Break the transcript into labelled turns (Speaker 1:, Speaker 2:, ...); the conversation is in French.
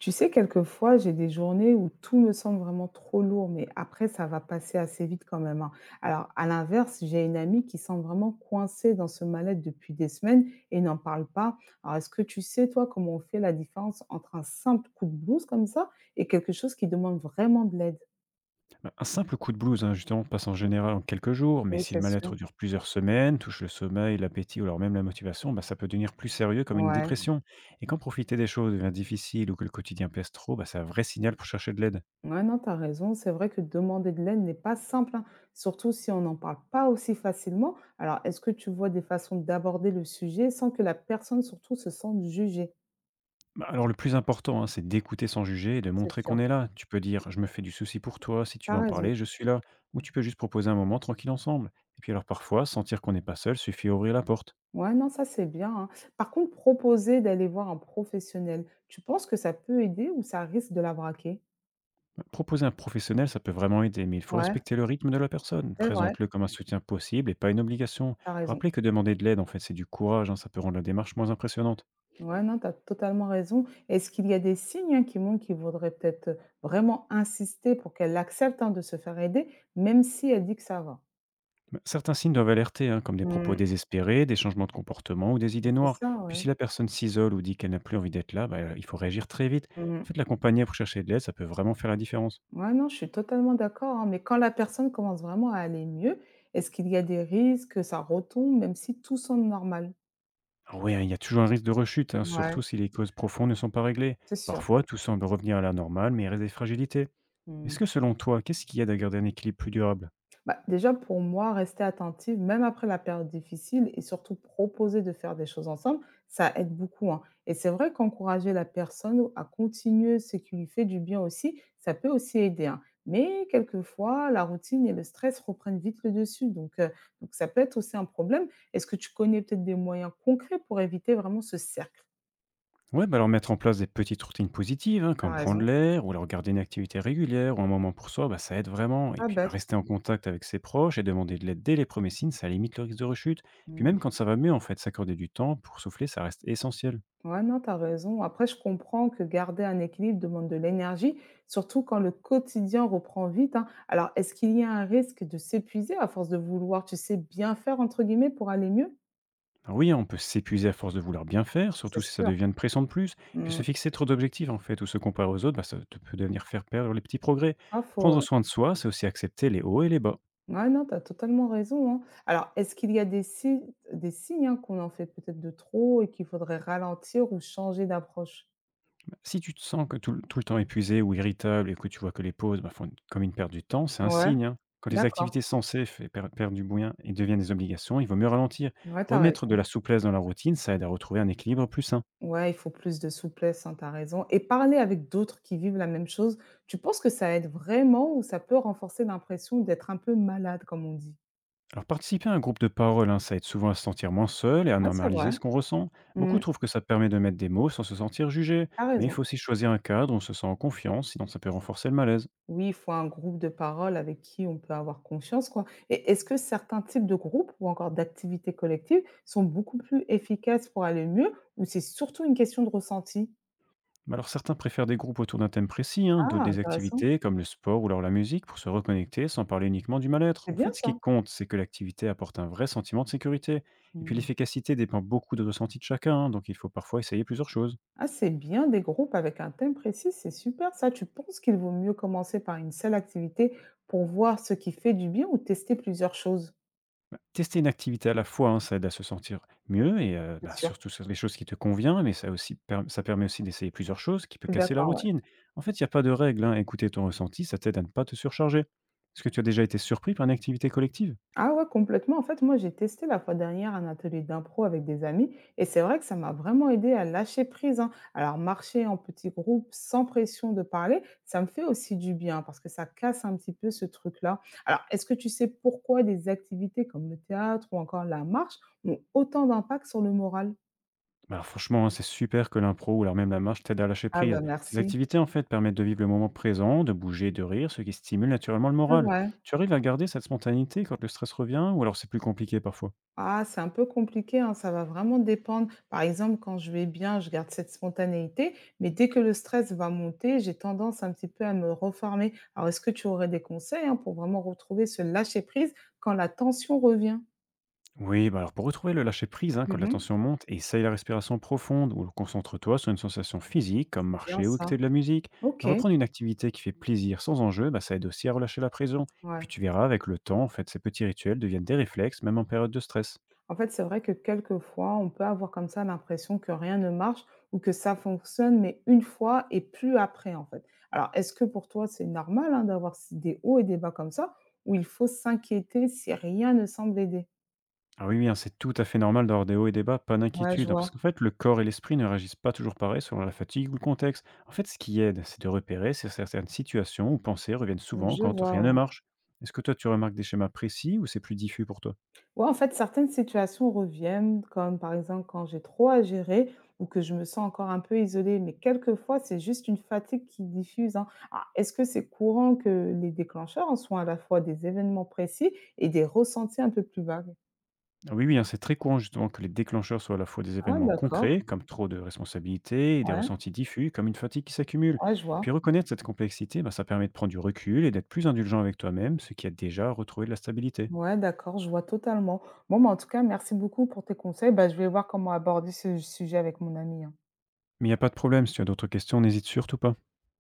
Speaker 1: Tu sais, quelquefois, j'ai des journées où tout me semble vraiment trop lourd, mais après, ça va passer assez vite quand même, hein. Alors, à l'inverse, j'ai une amie qui semble vraiment coincée dans ce mal-être depuis des semaines et n'en parle pas. Alors, est-ce que tu sais, toi, comment on fait la différence entre un simple coup de blouse comme ça et quelque chose qui demande vraiment de l'aide?
Speaker 2: Bah, un simple coup de blues, hein, justement, passe en général en quelques jours, mais
Speaker 1: Oui,
Speaker 2: si le
Speaker 1: c'est sûr.
Speaker 2: mal-être dure plusieurs semaines, touche le sommeil, l'appétit ou alors même la motivation, bah, ça peut devenir plus sérieux comme une
Speaker 1: Ouais.
Speaker 2: dépression. Et quand profiter des choses devient difficile ou que le quotidien pèse trop, bah, c'est un vrai signal pour chercher de l'aide.
Speaker 1: Ouais, non, t'as raison. C'est vrai que demander de l'aide n'est pas simple, hein, surtout si on n'en parle pas aussi facilement. Alors, est-ce que tu vois des façons d'aborder le sujet sans que la personne, surtout, se sente jugée?
Speaker 2: Bah, alors le plus important, hein, c'est d'écouter sans juger et de
Speaker 1: C'est
Speaker 2: montrer qu'on
Speaker 1: sûr,
Speaker 2: est là. Tu peux dire «je me fais du souci pour toi, si tu
Speaker 1: t'as
Speaker 2: veux en
Speaker 1: raison.
Speaker 2: parler, je suis là». Ou tu peux juste proposer un moment tranquille ensemble. Et puis alors parfois, sentir qu'on n'est pas seul suffit à ouvrir la porte.
Speaker 1: Ouais, non, ça, c'est bien, hein. Par contre, proposer d'aller voir un professionnel, tu penses que ça peut aider ou ça risque de la braquer?
Speaker 2: Proposer un professionnel, ça peut vraiment aider, mais il faut
Speaker 1: Ouais,
Speaker 2: respecter le rythme de la personne.
Speaker 1: c'est vrai,
Speaker 2: Présente-le comme un soutien possible et pas une obligation.
Speaker 1: t'as raison.
Speaker 2: Rappelez que demander de l'aide, en fait, c'est du courage, hein, ça peut rendre la démarche moins impressionnante.
Speaker 1: Ouais, non, t'as totalement raison. Est-ce qu'il y a des signes, hein, qui montrent qu'il vaudrait peut-être vraiment insister pour qu'elle accepte, hein, de se faire aider, même si elle dit que ça va?
Speaker 2: Ben, certains signes doivent alerter, hein, comme des propos
Speaker 1: Mmh,
Speaker 2: désespérés, des changements de comportement ou des
Speaker 1: mais
Speaker 2: idées
Speaker 1: c'est
Speaker 2: noires.
Speaker 1: ça,
Speaker 2: Puis si
Speaker 1: ouais.
Speaker 2: la personne s'isole ou dit qu'elle n'a plus envie d'être là, ben, il faut réagir très vite. En
Speaker 1: Mmh.
Speaker 2: fait, l'accompagner pour chercher de l'aide, ça peut vraiment faire la différence.
Speaker 1: Ouais, non, je suis totalement d'accord, hein, mais quand la personne commence vraiment à aller mieux, est-ce qu'il y a des risques que ça retombe, même si tout semble normal?
Speaker 2: Oui, il y a toujours un risque de rechute, hein, surtout
Speaker 1: Ouais,
Speaker 2: si les causes profondes ne sont pas réglées.
Speaker 1: c'est sûr.
Speaker 2: Parfois, tout semble revenir à la normale, mais il reste des fragilités. Est-ce que
Speaker 1: Mmh.
Speaker 2: selon toi, qu'est-ce qui aide à garder un équilibre plus durable?
Speaker 1: Bah, déjà, pour moi, rester attentive, même après la période difficile, et surtout proposer de faire des choses ensemble, ça aide beaucoup, hein. Et c'est vrai qu'encourager la personne à continuer ce qui lui fait du bien aussi, ça peut aussi aider, hein. Mais quelquefois, la routine et le stress reprennent vite le dessus. Donc ça peut être aussi un problème. Est-ce que tu connais peut-être des moyens concrets pour éviter vraiment ce cercle.
Speaker 2: Ouais, bah alors mettre en place des petites routines positives, hein,
Speaker 1: T'as
Speaker 2: comme prendre
Speaker 1: raison.
Speaker 2: l'air, ou alors garder une activité régulière, ou un moment pour soi, bah, ça aide vraiment. Et
Speaker 1: Pas
Speaker 2: puis bah,
Speaker 1: bête.
Speaker 2: rester en contact avec ses proches et demander de l'aide dès les premiers signes, ça limite le risque de rechute. Puis même quand ça va mieux, en fait, s'accorder du temps pour souffler, ça reste essentiel.
Speaker 1: Ouais, non, t'as raison. Après, je comprends que garder un équilibre demande de l'énergie, surtout quand le quotidien reprend vite, hein. Alors, est-ce qu'il y a un risque de s'épuiser à force de vouloir, tu sais, bien faire, entre guillemets, pour aller mieux?
Speaker 2: Alors oui, hein, on peut s'épuiser à force de vouloir bien faire, surtout
Speaker 1: C'est
Speaker 2: si ça
Speaker 1: sûr.
Speaker 2: devient une pression de plus. Et puis se
Speaker 1: Mm.
Speaker 2: fixer trop d'objectifs, en fait, ou se comparer aux autres, bah, ça te peut devenir faire perdre les petits progrès.
Speaker 1: Pas faux,
Speaker 2: Prendre
Speaker 1: ouais.
Speaker 2: soin de soi, c'est aussi accepter les hauts et les bas.
Speaker 1: Ouais, non, t'as totalement raison, hein. Alors, est-ce qu'il y a des si- des signes, hein, qu'on en fait peut-être de trop et qu'il faudrait ralentir ou changer d'approche?
Speaker 2: Si tu te sens que tout le temps épuisé ou irritable et que tu vois que les pauses, bah, font comme une perte du temps, c'est un
Speaker 1: Ouais.
Speaker 2: signe, hein. Quand les
Speaker 1: D'accord.
Speaker 2: activités censées fait perdre du moyen et deviennent des obligations, il vaut mieux ralentir.
Speaker 1: Ouais, t'as
Speaker 2: Remettre de
Speaker 1: raison.
Speaker 2: la souplesse dans la routine, ça aide à retrouver un équilibre plus sain.
Speaker 1: Ouais, il faut plus de souplesse, hein, tu raison. Et parler avec d'autres qui vivent la même chose, tu penses que ça aide vraiment ou ça peut renforcer l'impression d'être un peu malade, comme on dit?
Speaker 2: Alors participer à un groupe de parole, hein, ça aide souvent à se sentir moins seul et à
Speaker 1: Ouais, c'est
Speaker 2: normaliser
Speaker 1: vrai.
Speaker 2: ce qu'on ressent. Beaucoup
Speaker 1: Mm.
Speaker 2: trouvent que ça permet de mettre des mots sans se sentir jugé,
Speaker 1: Tu
Speaker 2: mais il
Speaker 1: raison.
Speaker 2: faut aussi choisir un cadre où on se sent en confiance, sinon ça peut renforcer le malaise.
Speaker 1: Oui, il faut un groupe de parole avec qui on peut avoir confiance, quoi. Et est-ce que certains types de groupes ou encore d'activités collectives sont beaucoup plus efficaces pour aller mieux ou c'est surtout une question de ressenti?
Speaker 2: Bah alors certains préfèrent des groupes autour d'un thème précis, hein, d'autres
Speaker 1: Ah,
Speaker 2: des
Speaker 1: intéressant.
Speaker 2: activités comme le sport ou alors la musique pour se reconnecter sans parler uniquement du mal-être.
Speaker 1: C'est
Speaker 2: En
Speaker 1: bien
Speaker 2: fait, ce qui
Speaker 1: ça.
Speaker 2: compte, c'est que l'activité apporte un vrai sentiment de sécurité. Et puis l'efficacité dépend beaucoup de ressenti de chacun, hein, donc il faut parfois essayer plusieurs choses.
Speaker 1: Ah, c'est bien des groupes avec un thème précis, c'est super ça. Tu penses qu'il vaut mieux commencer par une seule activité pour voir ce qui fait du bien ou tester plusieurs choses?
Speaker 2: Bah, tester une activité à la fois, hein, ça aide à se sentir mieux et
Speaker 1: C'est
Speaker 2: bah,
Speaker 1: sûr.
Speaker 2: surtout sur les choses qui te convient, mais ça aussi per ça permet aussi d'essayer plusieurs choses qui peut
Speaker 1: Je suis
Speaker 2: casser la
Speaker 1: d'accord, ouais.
Speaker 2: routine. En fait, il n'y a pas de règle, hein, écouter ton ressenti, ça t'aide à ne pas te surcharger. Est-ce que tu as déjà été surpris par une activité collective?
Speaker 1: Ah ouais, complètement. En fait, moi, j'ai testé la fois dernière un atelier d'impro avec des amis et c'est vrai que ça m'a vraiment aidé à lâcher prise, hein. Alors, marcher en petits groupes sans pression de parler, ça me fait aussi du bien parce que ça casse un petit peu ce truc-là. Alors, est-ce que tu sais pourquoi des activités comme le théâtre ou encore la marche ont autant d'impact sur le moral?
Speaker 2: Bah, alors franchement, hein, c'est super que l'impro ou alors même la marche t'aide à lâcher
Speaker 1: Ah
Speaker 2: prise.
Speaker 1: bah,
Speaker 2: Ces
Speaker 1: merci.
Speaker 2: activités, en fait, permettent de vivre le moment présent, de bouger, de rire, ce qui stimule naturellement le
Speaker 1: C'est
Speaker 2: moral.
Speaker 1: vrai.
Speaker 2: Tu arrives à garder cette spontanéité quand le stress revient, ou alors c'est plus compliqué parfois?
Speaker 1: Ah, c'est un peu compliqué, hein, ça va vraiment dépendre. Par exemple, quand je vais bien, je garde cette spontanéité, mais dès que le stress va monter, j'ai tendance un petit peu à me reformer. Alors, est-ce que tu aurais des conseils, hein, pour vraiment retrouver ce lâcher-prise quand la tension revient?
Speaker 2: Oui, bah alors pour retrouver le lâcher prise, hein, quand la
Speaker 1: Mmh.
Speaker 2: tension monte, essaye la respiration profonde, ou concentre-toi sur une sensation physique, comme
Speaker 1: C'est bien
Speaker 2: marcher ou écouter
Speaker 1: ça.
Speaker 2: de la musique.
Speaker 1: OK,
Speaker 2: Reprendre une activité qui fait plaisir sans enjeu, bah, ça aide aussi à relâcher la pression. Et
Speaker 1: ouais.
Speaker 2: puis tu verras, avec le temps, en fait, ces petits rituels deviennent des réflexes, même en période de stress.
Speaker 1: En fait, c'est vrai que quelquefois, on peut avoir comme ça l'impression que rien ne marche ou que ça fonctionne, mais une fois et plus après, en fait. Alors, est-ce que pour toi, c'est normal, hein, d'avoir des hauts et des bas comme ça, ou il faut s'inquiéter si rien ne semble aider?
Speaker 2: Ah oui, oui, hein, c'est tout à fait normal d'avoir des hauts et des bas, pas
Speaker 1: Ouais, je
Speaker 2: d'inquiétude, hein, parce
Speaker 1: vois.
Speaker 2: qu'en fait, le corps et l'esprit ne réagissent pas toujours pareil selon la fatigue ou le contexte. En fait, ce qui aide, c'est de repérer si certaines situations ou pensées reviennent souvent
Speaker 1: Je
Speaker 2: quand rien ne
Speaker 1: vois.
Speaker 2: marche. Est-ce que toi, tu remarques des schémas précis ou c'est plus diffus pour toi?
Speaker 1: Ouais, en fait, certaines situations reviennent, comme par exemple quand j'ai trop à gérer ou que je me sens encore un peu isolée, mais quelquefois, c'est juste une fatigue qui diffuse, hein. Alors, est-ce que c'est courant que les déclencheurs en soient à la fois des événements précis et des ressentis un peu plus vagues?
Speaker 2: Ah oui, oui, hein, c'est très courant justement que les déclencheurs soient à la fois des
Speaker 1: Ah,
Speaker 2: événements
Speaker 1: d'accord.
Speaker 2: concrets, comme trop de responsabilités, et des
Speaker 1: Ouais,
Speaker 2: ressentis diffus, comme une fatigue qui s'accumule.
Speaker 1: ouais, je
Speaker 2: Et puis
Speaker 1: vois.
Speaker 2: reconnaître cette complexité, bah, ça permet de prendre du recul et d'être plus indulgent avec toi-même, ce qui a déjà retrouvé de la stabilité.
Speaker 1: Ouais, d'accord, je vois totalement. Bon, bah, en tout cas, merci beaucoup pour tes conseils. Bah, je vais voir comment aborder ce sujet avec mon ami, hein.
Speaker 2: Mais il y a pas de problème, si tu as d'autres questions, n'hésite surtout pas.